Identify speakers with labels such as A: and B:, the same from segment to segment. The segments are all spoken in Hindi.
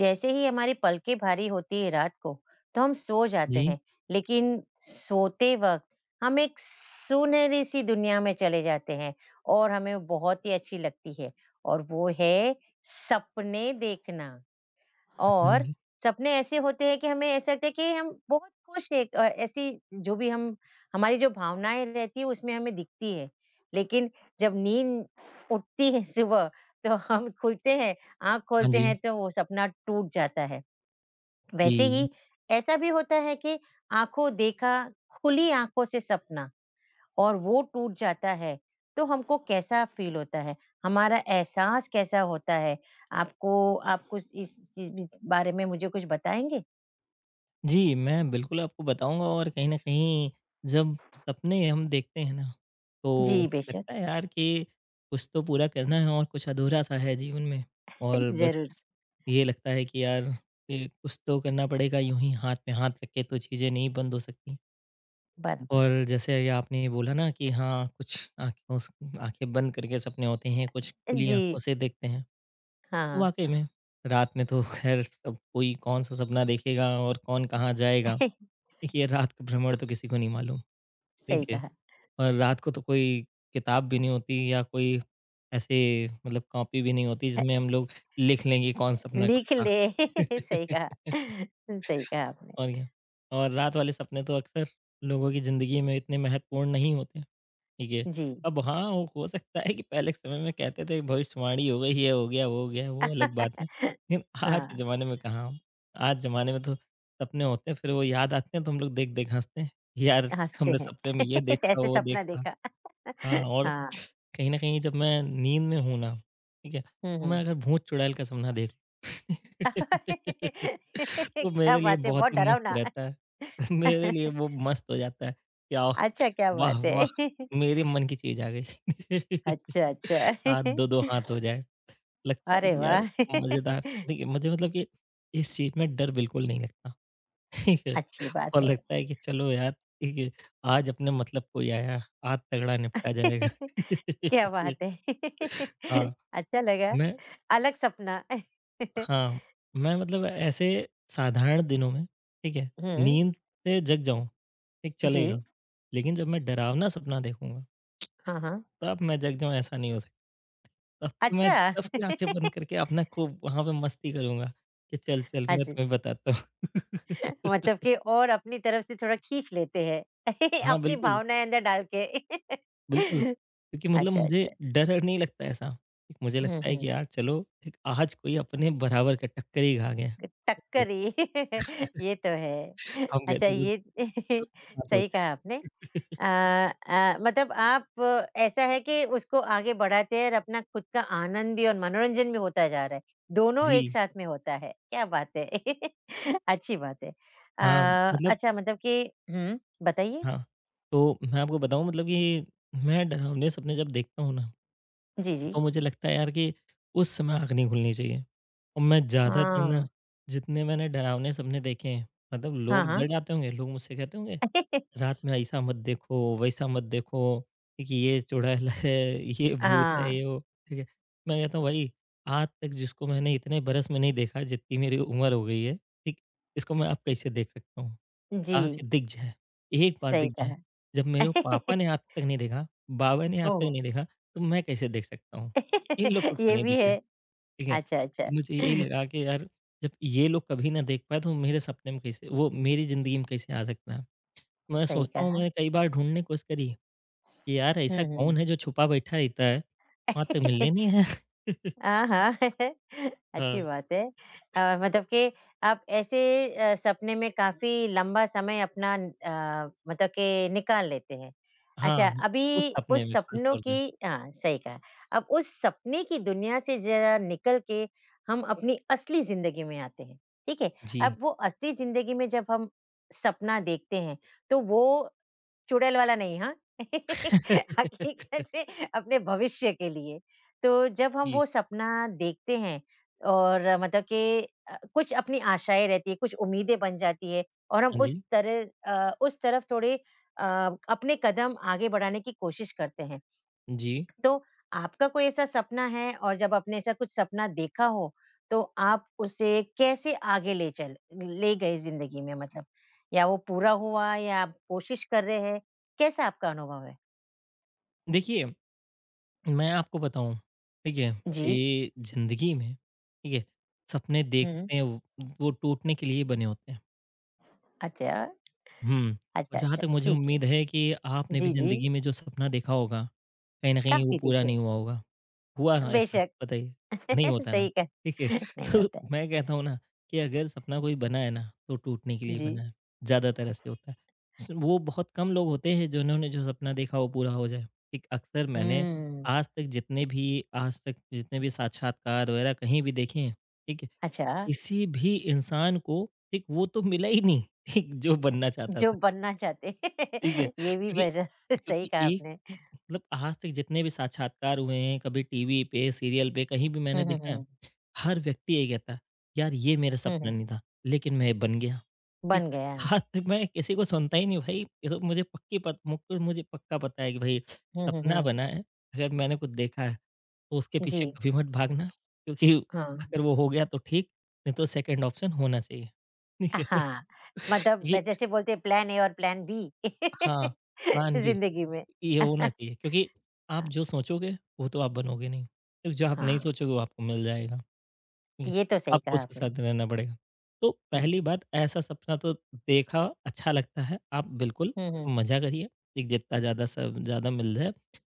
A: जैसे ही हमारी पलकें भारी होती है रात को, तो हम सो जाते
B: जी।
A: हैं, लेकिन सोते वक़्त हम एक सुनहरी-सी दुनिया में चले जाते हैं और हमें वो बहुत ही अच्छी लगती है और वो है सपने देखना।
B: हाँ
A: और
B: जी।
A: सपने ऐसे होते हैं कि हमें ऐसा लगता है कि हम बहुत खुश हैं ऐसी जो भी हम हमारी जो भावनाएँ रहती है उसमें हमें दिखती है। लेकिन जब नींद उठती है सुबह तो हम खुलते हैं, आँख
B: हाँ
A: खोलते
B: जी।
A: हैं तो वो सपना टूट जाता है। वैसे
B: जी।
A: ही ऐसा भी होता है कि आँखों देखा खुली आँखों से सपना। और वो टूट जाता है, तो हमको कैसा फ़ील होता है? हमारा एहसास कैसा होता है? आपको आप कुछ इस चीज़ बि बारे में मुझे कुछ बताएँगे?
B: जी, मैं बिल्कुल आपको बताऊँगा और कहीं न कहीं जब सपने हम देखते हैं ना, तो
A: जी, बेशक।
B: लगता है यार कि कुछ तो पूरा करना है और कुछ अधूरा-सा है जीवन में। और
A: ज़रूर।
B: बस ये लगता है कि यार कि कुछ तो करना पड़ेगा, यूँ ही हाथ में हाथ रख के तो चीज़ें नहीं बंद हो सकती।
A: बराबर है।
B: और जैसे ये आपने ये बोला ना कि हाँ, कुछ आँखों स आँखें बंद करके सपने होते हैं, कुछ खुली आँखों
A: जी,
B: से देखते हैं।
A: हाँ।
B: वाक़ई में, रात में तो ख़ैर सब कोई कौन-सा सपना देखेगा और कौन कहाँ जाएगा। देखिए, रात का भ्रमण तो किसी को नहीं मालूम,
A: सही
B: ठीक है?
A: कहा।
B: और रात को तो कोई किताब भी नहीं होती या कोई ऐसे मतलब कॉपी भी नहीं होती
A: ह
B: जिसमें हम लोग लिख लें कि कौन सपना कब
A: लिख
B: था।
A: ले। सही कहा। सही कहा
B: और
A: आपने।
B: क्या, और रात वाले सपने तो अक्सर लोगों की ज़िंदगी में इतने महत्वपूर्ण नहीं होते। ठीक है।
A: जी।
B: अब हाँ, वो हो सकता है कि पहले के समय में कहते थे भविष्यवाणी हो गई, ये हो गया, वो अलग बात है। लेकिन आज के
A: हाँ,
B: ज़माने में कहाँ, आज ज़माने में तो सपने होते हैं, फिर वो याद आते हैं तो हम लोग देख-देख हँसते हैं। कि यार,
A: हँसते
B: हमने
A: हैं।
B: सपने में ये देखा,
A: ऐसे
B: वो
A: सपना
B: देखा।
A: देखा।
B: हाँ, और
A: हाँ।
B: कहीं न कहीं जब मैं नींद में हूँ ना, ठीक है,
A: हुँ,
B: तो मैं
A: हुँ।
B: अगर भूत चुड़ैल का सपना देख लूं, तो
A: क्या
B: मेरे लिए
A: बात है,
B: बहुत
A: बहुत
B: ही मस्त
A: डरावना।
B: रहता है। मेरे लिए वो मस्त हो जाता है। क्या
A: अच्छा, क्या
B: वाह,
A: बात
B: वाह!
A: है!
B: मेरे मन की चीज़ आ गई।
A: अच्छा,
B: हाथ
A: अच्छा।
B: दो-दो हाथ हो जाए, लगता है
A: अरे
B: कि यार
A: वाह!
B: मज़ेदार। देखिए मुझे मतलब कि इस चीज़ में डर बिल्कुल नहीं लगता, ठीक है?
A: अच्छी बात
B: और
A: है।
B: लगता है कि चलो यार ठीक है, आज अपने मतलब कोई आया, आज तगड़ा निपटा जाएगा।
A: क्या बात है!
B: हाँ,
A: अच्छा लगा,
B: मैं
A: अलग सपना।
B: हाँ, मैं मतलब ऐसे साधारण दिनों में, ठीक है,
A: हुँ,
B: नींद से जग जाऊँ, ठीक
A: जी।
B: चलेगा। लेकिन जब मैं डरावना सपना देखूँगा
A: हाँ, हाँ।
B: तब मैं जग जाऊँ ऐसा नहीं हो सकता। तब तो मैं
A: अच्छा।
B: कस के आँखें बंद करके अपना खूब वहाँ पे मस्ती करूँगा कि चल, चल मैं
A: अच्छा,
B: तुम्हें बताता हूँ।
A: मतलब कि और अपनी तरफ से थोड़ा खींच लेते हैं,
B: हाँ,
A: अपनी
B: बिल्कुल,
A: भावनाएँ अंदर डाल के।
B: बिल्कुल। क्योंकि मतलब
A: अच्छा, अच्छा।
B: मुझे डर हर नहीं लगता ऐसा। ठीक, मुझे
A: हुँ,
B: लगता है कि
A: हुँ।
B: यार चलो एक आज कोई अपने बराबर का टक्कर ही खा गया।
A: टक्करी ये तो है।
B: हम गए
A: अच्छा
B: थे वो
A: ये
B: तो बात हो
A: सही कहा आपने।
B: जाए।
A: अ मतलब आप ऐसा है कि उसको आगे बढ़ाते हैं और अपना खुद का आनंद भी और मनोरंजन भी होता जा रहा है। दोनों एक
B: जी,
A: साथ में होता है, क्या बात है! अच्छी बात है।
B: हाँ, मतलब
A: अच्छा मतलब कि हुँ, बताइए?
B: हाँ, तो मैं आपको बताऊँ मतलब कि मैं डरावने सपने जब देखता हूँ ना,
A: जी, जी।
B: तो मुझे लगता है यार कि उस समय आँख नहीं खुलनी चाहिए। और मैं ज़्यादातर ना
A: हाँ।
B: जितने मैंने डरावने सपने देखे हैं, मतलब
A: हाँ,
B: लोग
A: हाँ।
B: डर जाते होंगे, लोग मुझसे कहते होंगे, "रात में ऐसा मत देखो, वैसा मत देखो, ठीक है, ये चुड़ैल है, ये भूत है,
A: हाँ,
B: ये वो" ठीक है? मैं कहता हूँ भाई आज तक जिसको मैंने इतने बरस में नहीं देखा जितनी मेरी उम्र हो गई है, ठीक? इसको मैं अब कैसे देख सकता हूँ?
A: जी,
B: कहाँ से दिख जाए, एक बार
A: सही
B: दिख जाए।
A: कहा।
B: जब मेरे पापा ने आज तक नहीं देखा, बाबा ने आज तक
A: ओह!
B: नहीं देखा, तो मैं कैसे देख सकता हूँ? इन लोग को क्यों
A: ये
B: नहीं
A: भी है।
B: दिखे, ठीक है?
A: अच्छा,
B: तो
A: अच्छा।
B: मुझे यही लगा कि यार जब ये लोग कभी ना देख पाए तो मेरे सपने में कैसे वो मेरी ज़िंदगी में कैसे आ सकता है? मैं
A: सही
B: सोचता हूँ
A: कहा।
B: मैंने कई बार ढूँढने की कोशिश करी है कि यार ऐसा
A: हुँ,
B: कौन
A: हुँ।
B: है जो छुपा बैठा रहता है, वहाँ तक मिलने नहीं आया।
A: हाँ, हाँ। अच्छी
B: हाँ,
A: बात है। मतलब कि आप ऐसे सपने में काफ़ी लंबा समय अपना मतलब कि निकाल लेते हैं। अच्छा,
B: हाँ,
A: अभी
B: उस सपने
A: उस
B: में ख़ास
A: सपनों
B: तौर से।
A: की हाँ, सही कहा। अब उस सपने की दुनिया से ज़रा निकल के हम अपनी असली ज़िंदगी में आते हैं, ठीक है? अब
B: जी।
A: वो असली ज़िंदगी में जब हम सपना देखते हैं, तो वो चुड़ैल वाला नहीं हाँ हकीकत में अपने भविष्य के लिए। तो जब हम
B: जी,
A: वो सपना देखते हैं और मतलब कि कुछ अपनी आशाएँ रहती है, कुछ उम्मीदें बन जाती है और हम
B: हाँ
A: उस
B: जी।
A: तरह उस तरफ थोड़े अ, अपने कदम आगे बढ़ाने की कोशिश करते हैं।
B: जी,
A: तो आपका कोई ऐसा सपना है और जब आपने ऐसा कुछ सपना देखा हो, तो आप उसे कैसे आगे ले गए ज़िंदगी में मतलब? या वो पूरा हुआ या आप कोशिश कर रहे हैं? कैसा आपका अनुभव है?
B: देखिए मैं आपको बताऊँ, ठीक है?
A: जी।
B: कि ज़िंदगी में, ठीक है? सपने
A: हुँ।
B: देखते हैं वो टूटने के लिए ही बने होते हैं।
A: अच्छा।
B: हुँ, और
A: अच्छा,
B: जहाँ
A: अच्छा,
B: तक मुझे
A: ठीक है।
B: उम्मीद है कि आपने भी
A: जी, जी।
B: ज़िंदगी में जो सपना देखा होगा, कहीं न कहीं वो
A: काफ़ी
B: पूरा
A: देखिए
B: नहीं हुआ होगा। हुआ ना ऐसा?
A: बेशक
B: बताइए? नहीं होता ना,
A: सही कहा
B: ठीक है।
A: नहीं
B: तो
A: होता है।
B: मैं कहता हूँ ना कि अगर सपना कोई बना है ना, तो टूटने के लिए
A: जी।
B: बना है, ज़्यादातर ऐसे होता है। स वो बहुत कम लोग होते हैं जिन्होंने जो सपना देखा वो पूरा हो जाए। एक अक्सर मैंने
A: हुँ।
B: आज तक जितने भी आज तक जितने भी साक्षात्कार वगैरह कहीं भी देखे हैं, ठीक है?
A: अच्छा,
B: किसी भी इंसान को एक वो तो मिला ही नहीं, एक जो बनना चाहता
A: जो
B: था,
A: बनना चाहते
B: ठीक है?
A: हैं ये भी
B: क्योंकि
A: बड़ा सही
B: क्योंकि
A: कहा
B: एक
A: आपने।
B: मतलब आज तक जितने भी साक्षात्कार हुए हैं, कभी टीवी पे, सीरियल पे, कहीं भी
A: हुँ,
B: मैंने
A: हुँ,
B: देखा है,
A: हुँ।
B: हर व्यक्ति यही कहता है, "यार, ये मेरा
A: हुँ,
B: सपना
A: हुँ।
B: नहीं था, लेकिन मैं ये बन गया।" ठीक?
A: बन गया।
B: आज तक मैं किसी को सुनता ही नहीं भाई, ये तो मुझे पक्की पत मुक मुझे पक्का पता है कि भाई
A: हुँ, हुँ,
B: सपना
A: हुँ।
B: बना है, अगर मैंने कुछ देखा है, तो उसके
A: जी,
B: पीछे कभी मत भागना, क्योंकि
A: हाँ।
B: अगर वो हो गया तो ठीक, नहीं तो सेकंड ऑप्शन होना चाहिए। ठीक है?
A: हाँ, मतलब
B: क्योंकि
A: जैसे बोलते हैं प्लान ए और प्लान बी
B: हाँ, प्लान बी
A: ज़िंदगी में।
B: ये होना चाहिए क्योंकि आप जो सोचोगे वो तो आप बनोगे नहीं, क्योंकि जो आप नहीं
A: हाँ,
B: सोचोगे वो आपको मिल जाएगा। ठीक है,
A: ये तो सही
B: आपको
A: कहा
B: उसके
A: आपने।
B: साथ रहना पड़ेगा। तो
A: हुँ,
B: पहली बात ऐसा सपना तो देखा अच्छा लगता है, आप बिल्कुल
A: हुँ,
B: उसका
A: हुँ।
B: मज़ा करिए, ठीक जितना ज़्यादा स ज़्यादा मिल जाए,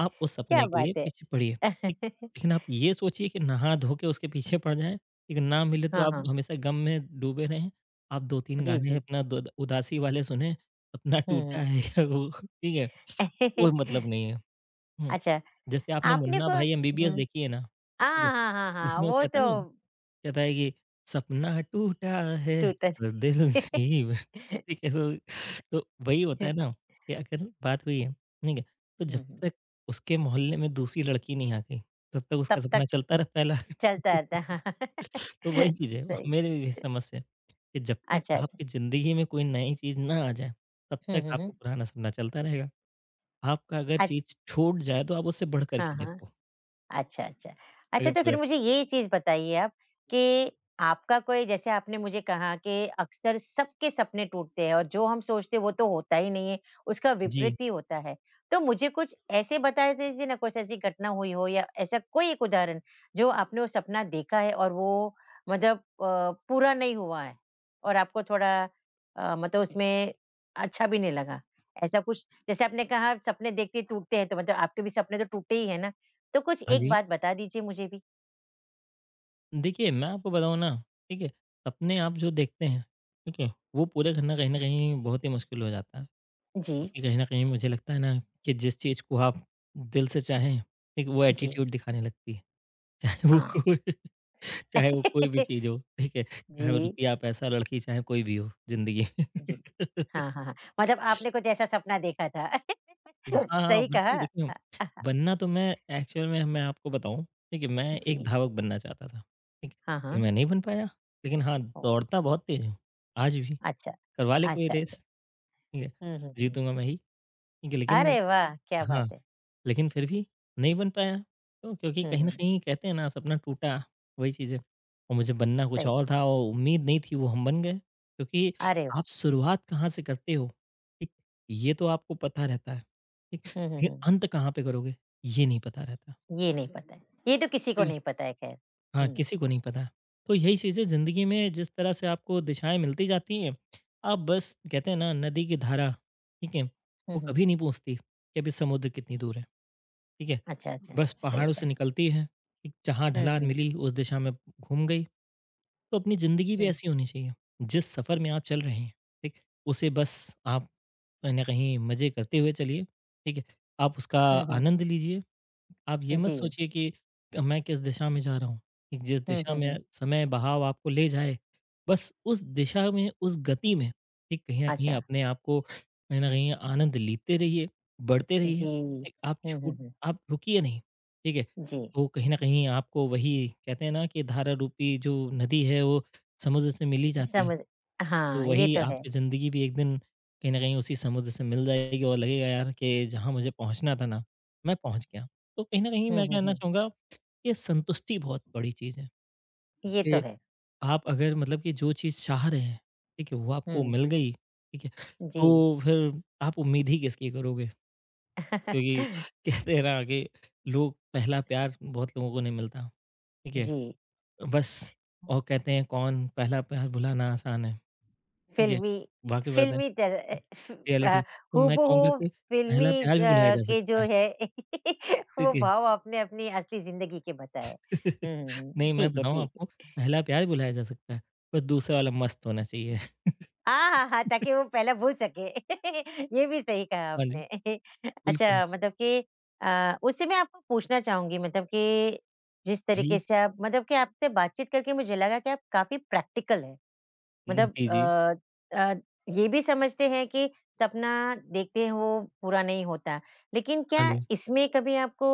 B: आप उस
A: क्या
B: सपने के
A: बात
B: लिए
A: है!
B: पीछे पड़िए, ठीक। लेकिन आप ये सोचिए कि नहा धो के उसके पीछे पड़ जाएँ, ठीक ना मिले तो
A: हाँ,
B: आप
A: हाँ।
B: हमेशा गम में डूबे रहें, आप 2-3
A: जी,
B: गाने
A: जी।
B: अपना द उदासी वाले सुने, सपना
A: हुँ,
B: टूटा
A: हुँ।
B: है वो ठीक है, कोई मतलब नहीं है। हुँ,
A: अच्छा,
B: जैसे आपने
A: आपने
B: मुन्ना
A: को
B: भाई
A: हुँ।
B: एमबीबीएस देखी है ना? ठीक है,
A: हाँ, हाँ, हाँ, हाँ,
B: उसमें वो
A: वो
B: कहता
A: तो
B: नहीं कहता है कि सपना टूटा है
A: टूटा
B: पर दिल नहीं बना। ठीक है तो वही होता
A: हुँ,
B: है ना कि अगर बात हुई है ठीक है तो जब
A: हुँ।
B: तक उसके मोहल्ले में दूसरी लड़की नहीं आ गई तब तक
A: तब
B: उसका सपना
A: तक
B: चलता रहता है।
A: चलता रहता है।
B: तो वही चीज है
A: सही।
B: मेरे भी समझ से कि जब तक
A: अच्छा, अच्छा।
B: आपकी जिंदगी में कोई नई चीज ना आ जाए तब
A: हुँ,
B: तक
A: हुँ, हुँ।
B: आपको पुराना सपना चलता रहेगा आपका अगर
A: अच
B: चीज छूट जाए तो आप उससे बढ़
A: हाँ,
B: करके
A: हाँ।
B: देखो
A: अच्छा, अच्छा। अच्छा
B: अगर
A: तो फिर
B: पूरा
A: मुझे ये चीज़ बताइए आप कि आपका कोई जैसे आपने मुझे कहा कि अक्सर सबके सपने टूटते हैं और जो हम सोचते हैं वो तो होता ही नहीं है, उसका
B: जी
A: विपरीत ही होता है। तो मुझे कुछ ऐसे बता दीजिए ना कुछ ऐसी घटना हुई हो या ऐसा कोई एक उदाहरण जो आपने वो सपना देखा है और वो मतलब पूरा नहीं हुआ है और आपको थोड़ा मतलब उसमें अच्छा भी नहीं लगा? ऐसा कुछ जैसे आपने कहा सपने देखते ही टूटते हैं तो मतलब आपके भी सपने तो टूटे ही हैं ना? तो कुछ
B: हाँ
A: एक
B: जी
A: बात बता दीजिए मुझे भी।
B: देखिए, मैं आपको बताऊँ ना, ठीक है, सपने आप जो देखते हैं, ठीक है, वो पूरे करना कहीं न कहीं बहुत ही मुश्किल हो जाता है।
A: जी,
B: क्योंकि कहीं न कहीं मुझे लगता है ना कि जिस चीज़ को आप दिल से चाहें, एक वो
A: जी,
B: एटीट्यूड दिखाने लगती है। चाहे वो
A: हाँ।
B: कोई चाहे वो कोई भी चीज़ हो, ठीक है, चाहे वो
A: जी,
B: रुपया, पैसा, लड़की, चाहे कोई भी हो ज़िंदगी।
A: जी। हाँ, हाँ, हाँ। मतलब आपने कुछ ऐसा सपना देखा था।
B: हाँ, हाँ,
A: सही कहा।
B: बिल्कुल देखिए,
A: अ, अह
B: बनना तो मैं एक्चुअल में मैं आपको बताऊँ, ठीक है, मैं
A: जी।
B: एक धावक बनना चाहता था, ठीक है।
A: हाँ,
B: लेकिन मैं
A: हाँ।
B: नहीं बन पाया, लेकिन हाँ,
A: ओह!
B: दौड़ता बहुत तेज़ हूँ, आज भी।
A: अच्छा।
B: करवा ले कोई
A: अच्छा,
B: रेस,
A: अच्छा।
B: ठीक है,
A: हुँ, हुँ, हुँ।
B: जीतूँगा मैं ही, ठीक है, लेकिन
A: अरे वाह! क्या
B: हाँ।
A: बात है।
B: लेकिन फिर भी नहीं बन पाया। क्यों? क्योंकि
A: हुँ,
B: कहीं
A: हुँ,
B: न
A: हुँ।
B: कहीं कहते हैं ना सपना टूटा, वही चीज़ है। और मुझे बनना कुछ
A: सही
B: और
A: कहा।
B: था और उम्मीद नहीं थी वो हम बन गए। क्योंकि
A: अरे वाह!
B: आप शुरुआत कहाँ से करते हो, ठीक? ये तो आपको पता रहता है, ठीक?
A: हुँ, हुँ,
B: लेकिन
A: हुँ।
B: अंत कहाँ पे करोगे, ये नहीं पता रहता।
A: ये नहीं पता है। ये तो किसी को नहीं पता है खैर।
B: हाँ,
A: हुँ।
B: किसी को नहीं पता। तो यही चीज़ें ज़िंदगी में जिस तरह से आपको दिशाएँ मिलती जाती हैं, आप बस कहते हैं ना नदी की धारा, ठीक है?
A: हुँ,
B: वो
A: हुँ।
B: कभी नहीं पूछती कि अभी समुद्र कितनी दूर है, ठीक है?
A: अच्छा, अच्छा।
B: बस
A: सही
B: पहाड़ों से
A: कहा।
B: निकलती है, एक जहाँ
A: हुँ,
B: ढलान
A: हुँ,
B: मिली उस दिशा में घूम गई। तो अपनी ज़िंदगी भी
A: हुँ।
B: ऐसी होनी चाहिए, जिस सफ़र में आप चल रहे हैं, ठीक? उसे बस आप कहीं न कहीं मज़े करते हुए चलिए, ठीक है? आप उसका
A: हुँ, हुँ।
B: आनंद लीजिए। आप ये मत
A: जी।
B: सोचिए कि मैं किस दिशा में जा रहा हूँ। कि जिस
A: हुँ,
B: दिशा
A: हुँ,
B: में
A: हुँ।
B: समय बहाव आपको ले जाए, बस उस दिशा में, उस गति में, ठीक, कहीं न कहीं
A: अच्छा।
B: अपने आप को कहीं न कहीं आनंद लेते रहिए, बढ़ते रहिए।
A: जी।
B: ठीक,
A: हुँ, हुँ, हुँ।
B: आप रुकिए नहीं, ठीक है?
A: जी,
B: तो कहीं न कहीं आपको वही कहते हैं ना कि धारा रूपी जो नदी है वो समुद्र से मिल ही जाती है।
A: समझ
B: तो
A: हाँ, ये
B: वही
A: तो है।
B: आपकी ज़िंदगी भी एक दिन कहीं न कहीं उसी समुद्र से मिल जाएगी और लगेगा यार कि जहाँ मुझे पहुँचना था ना, मैं पहुँच गया। तो कहीं न कहीं
A: हुँ,
B: मैं
A: हुँ,
B: कहना
A: हुँ,
B: चाहूँगा, ये संतुष्टि बहुत बड़ी चीज़ है।
A: ये तो
B: कि
A: है।
B: आप अगर मतलब कि जो चीज़ चाह रहे हैं, ठीक है, वो आपको
A: हुँ,
B: मिल गई, ठीक है,
A: जी।
B: तो फिर आप उम्मीद ही किसकी करोगे? क्योंकि कहते हैं ना कि लोग पहला प्यार बहुत लोगों को नहीं मिलता, ठीक है?
A: जी,
B: बस और कहते हैं कौन पहला प्यार भुलाना आसान है, ठीक है?
A: फ़िल्मी
B: वाक़ई बात है,
A: फ़िल्मी तर अ, फ
B: रियलिटी।
A: अ,
B: तो मैं
A: हूबहू
B: कहूँगा कि
A: फ़िल्मी
B: पहला प्यार भी भुलाया जा
A: के जो
B: सकता है,
A: है वो
B: ठीक है?
A: भाव आपने अपनी असली ज़िंदगी के बताए। हुँ, हुँ, हुँ,
B: नहीं, मैं
A: ठीक है,
B: बताऊँ
A: ठीक।
B: आपको पहला प्यार भी भुलाया जा सकता है, बस दूसरा वाला मस्त होना चाहिए।
A: हाँ, हाँ, हाँ, ताकि वो पहले भूल सके। ये भी सही कहा
B: हाँ जी,
A: आपने।
B: बिल्कुल।
A: अच्छा मतलब कि उससे मैं आपको पूछना चाहूँगी मतलब कि जिस तरीके
B: जी।
A: से आप मतलब कि आपसे बातचीत करके मुझे लगा कि आप काफ़ी प्रैक्टिकल हैं। मतलब
B: जी, जी।
A: अ, ये भी समझते हैं कि सपना देखते हैं वो पूरा नहीं होता। लेकिन
B: हाँ
A: क्या
B: जी,
A: इसमें कभी आपको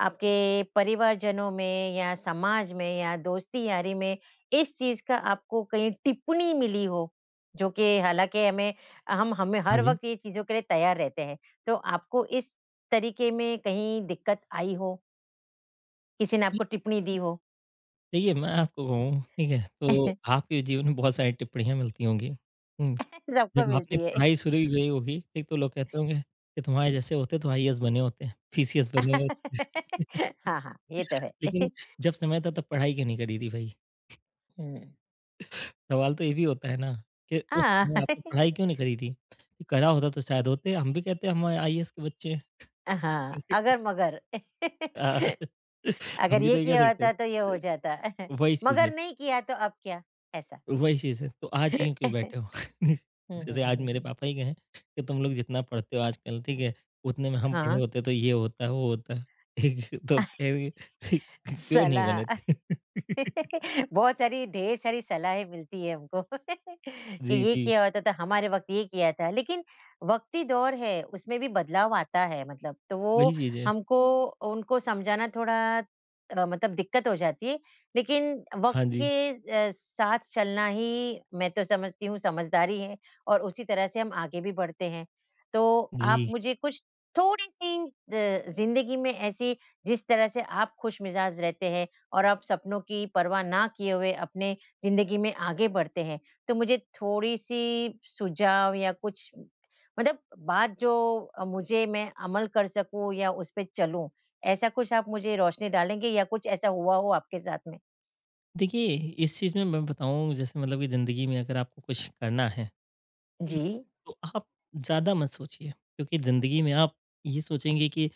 A: आपके परिवारजनों में या समाज में या दोस्ती-यारी में इस चीज़ का आपको कहीं टिप्पणी मिली हो? जो कि हालाँकि हमें हम हमें
B: हाँ
A: हर
B: जी।
A: वक़्त ये चीज़ों के लिए तैयार रहते हैं। तो आपको इस तरीके में कहीं दिक्कत आई हो? किसी ने
B: जी,
A: आपको टिप्पणी दी हो?
B: देखिए मैं आपको कहूँ, ठीक है, तो आपके जीवन में बहुत सारी टिप्पणियाँ मिलती होंगी। हुँ,
A: सबको
B: जब आपने
A: मिलती है।
B: पढ़ाई शुरू की गई होगी, ठीक, तो लोग कहते होंगे कि तुम्हारे जैसे होते तो आईएएस बने होते, पीसीएस बने होते।
A: हाँ, हाँ, ये तो है।
B: लेकिन जब समय था तब पढ़ाई क्यों नहीं करी थी भाई?
A: हुँ।
B: सवाल तो ये भी होता है ना कि उस
A: हाँ,
B: समय आपने पढ़ाई क्यों नहीं करी थी? करा होता तो शायद होते, हम भी कहते हम आईएएस के बच्चे
A: हाँ,
B: हैं।
A: अगर-मगर
B: हाँ, हम
A: अगर
B: भी तो
A: ये
B: ये कह
A: किया
B: सकते हैं।
A: होता तो ये हो जाता।
B: वही चीज़
A: मगर
B: है।
A: नहीं किया तो अब क्या? ऐसा।
B: वही चीज़ है, तो आज यूँ क्यों बैठे हो?
A: हुँ, हुँ,
B: जैसे
A: हुँ,
B: आज
A: हुँ,
B: मेरे
A: हुँ।
B: पापा ही गए हैं कि तुम लोग जितना पढ़ते हो आजकल, ठीक है? उतने में हम
A: हाँ,
B: पढ़े होते तो ये होता, वो होता। ठीक है, तो अब कहेंगे ठीक क्यों नहीं बने
A: सलाह।
B: थे?
A: बहुत सारी ढेर सारी सलाहें मिलती है हमको कि
B: जी,
A: ये
B: जी,
A: किया होता था, हमारे वक़्त ये किया था। लेकिन वक़्ती दौर है, उसमें भी बदलाव आता है मतलब तो वो
B: वही चीज़ है।
A: हमको उनको समझाना थोड़ा मतलब दिक्कत हो जाती है। लेकिन वक़्त
B: हाँ जी।
A: के साथ चलना ही मैं तो समझती हूँ समझदारी है और उसी तरह से हम आगे भी बढ़ते हैं। तो आप
B: जी,
A: मुझे कुछ थोड़ी-सी ज़िंदगी में ऐसी जिस तरह से आप खुशमिज़ाज रहते हैं और आप सपनों की परवाह ना किए हुए अपने ज़िंदगी में आगे बढ़ते हैं। तो मुझे थोड़ी-सी सुझाव या कुछ मतलब बात जो अ, मुझे मैं अमल कर सकूँ या उस पे चलूँ, ऐसा कुछ आप मुझे रोशनी डालेंगे या कुछ ऐसा हुआ हो आपके साथ में?
B: देखिए इस चीज़ में मैं बताऊँ जैसे मतलब कि ज़िंदगी में अगर आपको कुछ करना है जी।
A: जी,
B: तो आप ज़्यादा मत सोचिए क्योंकि ज़िंदगी में आप ये सोचेंगे कि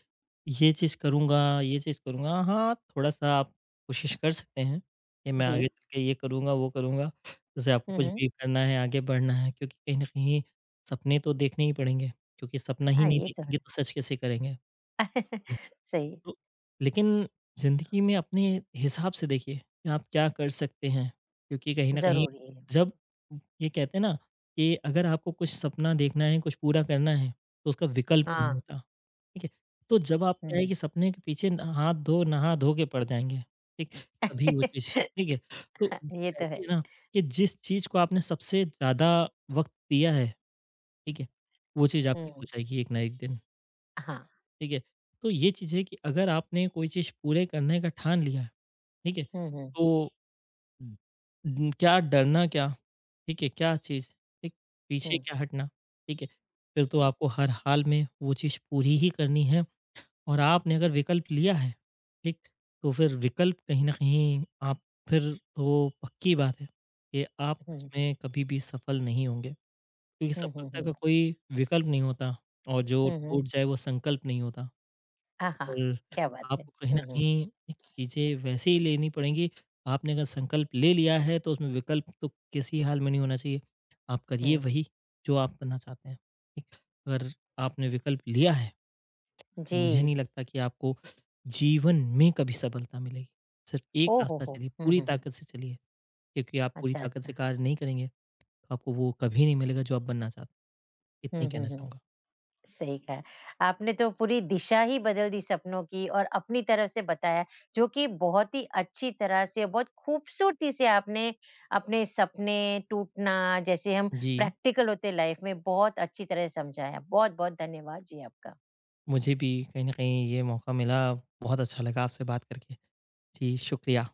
B: ये चीज़ करूँगा, ये चीज़ करूँगा। हाँ, थोड़ा-सा आप कोशिश कर सकते हैं कि मैं आगे
A: जी।
B: चल के ये करूँगा, वो करूँगा। जैसे आपको
A: हुँ,
B: कुछ
A: हुँ।
B: भी करना है, आगे बढ़ना है क्योंकि कहीं न कहीं सपने तो देखने ही पड़ेंगे क्योंकि सपना ही
A: हाँ,
B: नहीं
A: ये तो है।
B: देखेंगे तो सच कैसे करेंगे?
A: सही है,
B: तो लेकिन ज़िंदगी में अपने हिसाब से देखिए कि आप क्या कर सकते हैं क्योंकि कहीं न कहीं
A: ज़रूरी है।
B: जब ये कहते हैं ना कि अगर आपको कुछ सपना देखना है, कुछ पूरा करना है, तो उसका विकल्प नहीं
A: हाँ,
B: होता, ठीक है? तो जब आप क्या है
A: हुँ।
B: कि सपने के पीछे न हाथ धो, नहा-धो के पड़ जाएँगे, ठीक? तभी वो चीज़ ठीक है? तो
A: ये तो
B: कहते
A: है।
B: हैं ना कि जिस चीज़ को आपने सबसे ज़्यादा वक़्त दिया है, ठीक है? वो चीज़ आपकी हो
A: हुँ,
B: जाएगी एक ना एक दिन।
A: हाँ।
B: ठीक है? तो ये चीज़ है कि अगर आपने कोई चीज़ पूरे करने का ठान लिया है, ठीक है?
A: हुँ, हुँ,
B: तो क्या डरना क्या, ठीक है? क्या चीज़, ठीक? पीछे
A: हुँ,
B: क्या हटना, ठीक है? फिर तो आपको हर हाल में वो चीज़ पूरी ही करनी है और आपने अगर विकल्प लिया है, ठीक? तो फिर विकल्प कहीं न कहीं आप फिर तो पक्की बात है कि आप
A: हुँ,
B: उसमें कभी भी सफल नहीं होंगे क्योंकि
A: हुँ, हुँ, हुँ,
B: सफलता का
A: हुँ,
B: कोई विकल्प नहीं होता और जो
A: हुँ, हुँ।
B: टूट जाए वो संकल्प नहीं होता।
A: आहा!
B: बिल्कुल,
A: क्या बात है।
B: आपको कहीं न
A: हुँ, हुँ,
B: कहीं एक चीज़ें वैसे ही लेनी पड़ेंगी। आपने अगर संकल्प ले लिया है तो उसमें विकल्प तो किसी हाल में नहीं होना चाहिए। आप करिए
A: हुँ।
B: वही जो आप बनना चाहते हैं, ठीक। अगर आपने विकल्प लिया है तो
A: जी।
B: मुझे नहीं लगता कि आपको जीवन में कभी सफलता मिलेगी। सिर्फ़ एक
A: ओह हो
B: रास्ता
A: हो!
B: चलिए,
A: हुँ,
B: पूरी
A: हुँ, हुँ।
B: ताकत से चलिए क्योंकि आप पूरी
A: अच्छा,
B: ताकत से
A: अच्छा।
B: कार्य नहीं करेंगे तो आपको वो कभी नहीं मिलेगा जो आप बनना चाहते हैं। इतना ही
A: हुँ, हुँ,
B: कहना
A: हुँ।
B: चाहूँगा।
A: सही कहा। आपने तो पूरी दिशा ही बदल दी सपनों की और अपनी तरफ से बताया, जो कि बहुत ही अच्छी तरह से, और बहुत खूबसूरती से आपने अपने सपने टूटना, जैसे हम
B: जी,
A: प्रैक्टिकल होते लाइफ में, बहुत अच्छी तरह से समझाया। बहुत-बहुत धन्यवाद जी आपका।
B: मुझे भी कहीं न कहीं ये मौका मिला, बहुत अच्छा लगा आपसे बात करके। जी, शुक्रिया।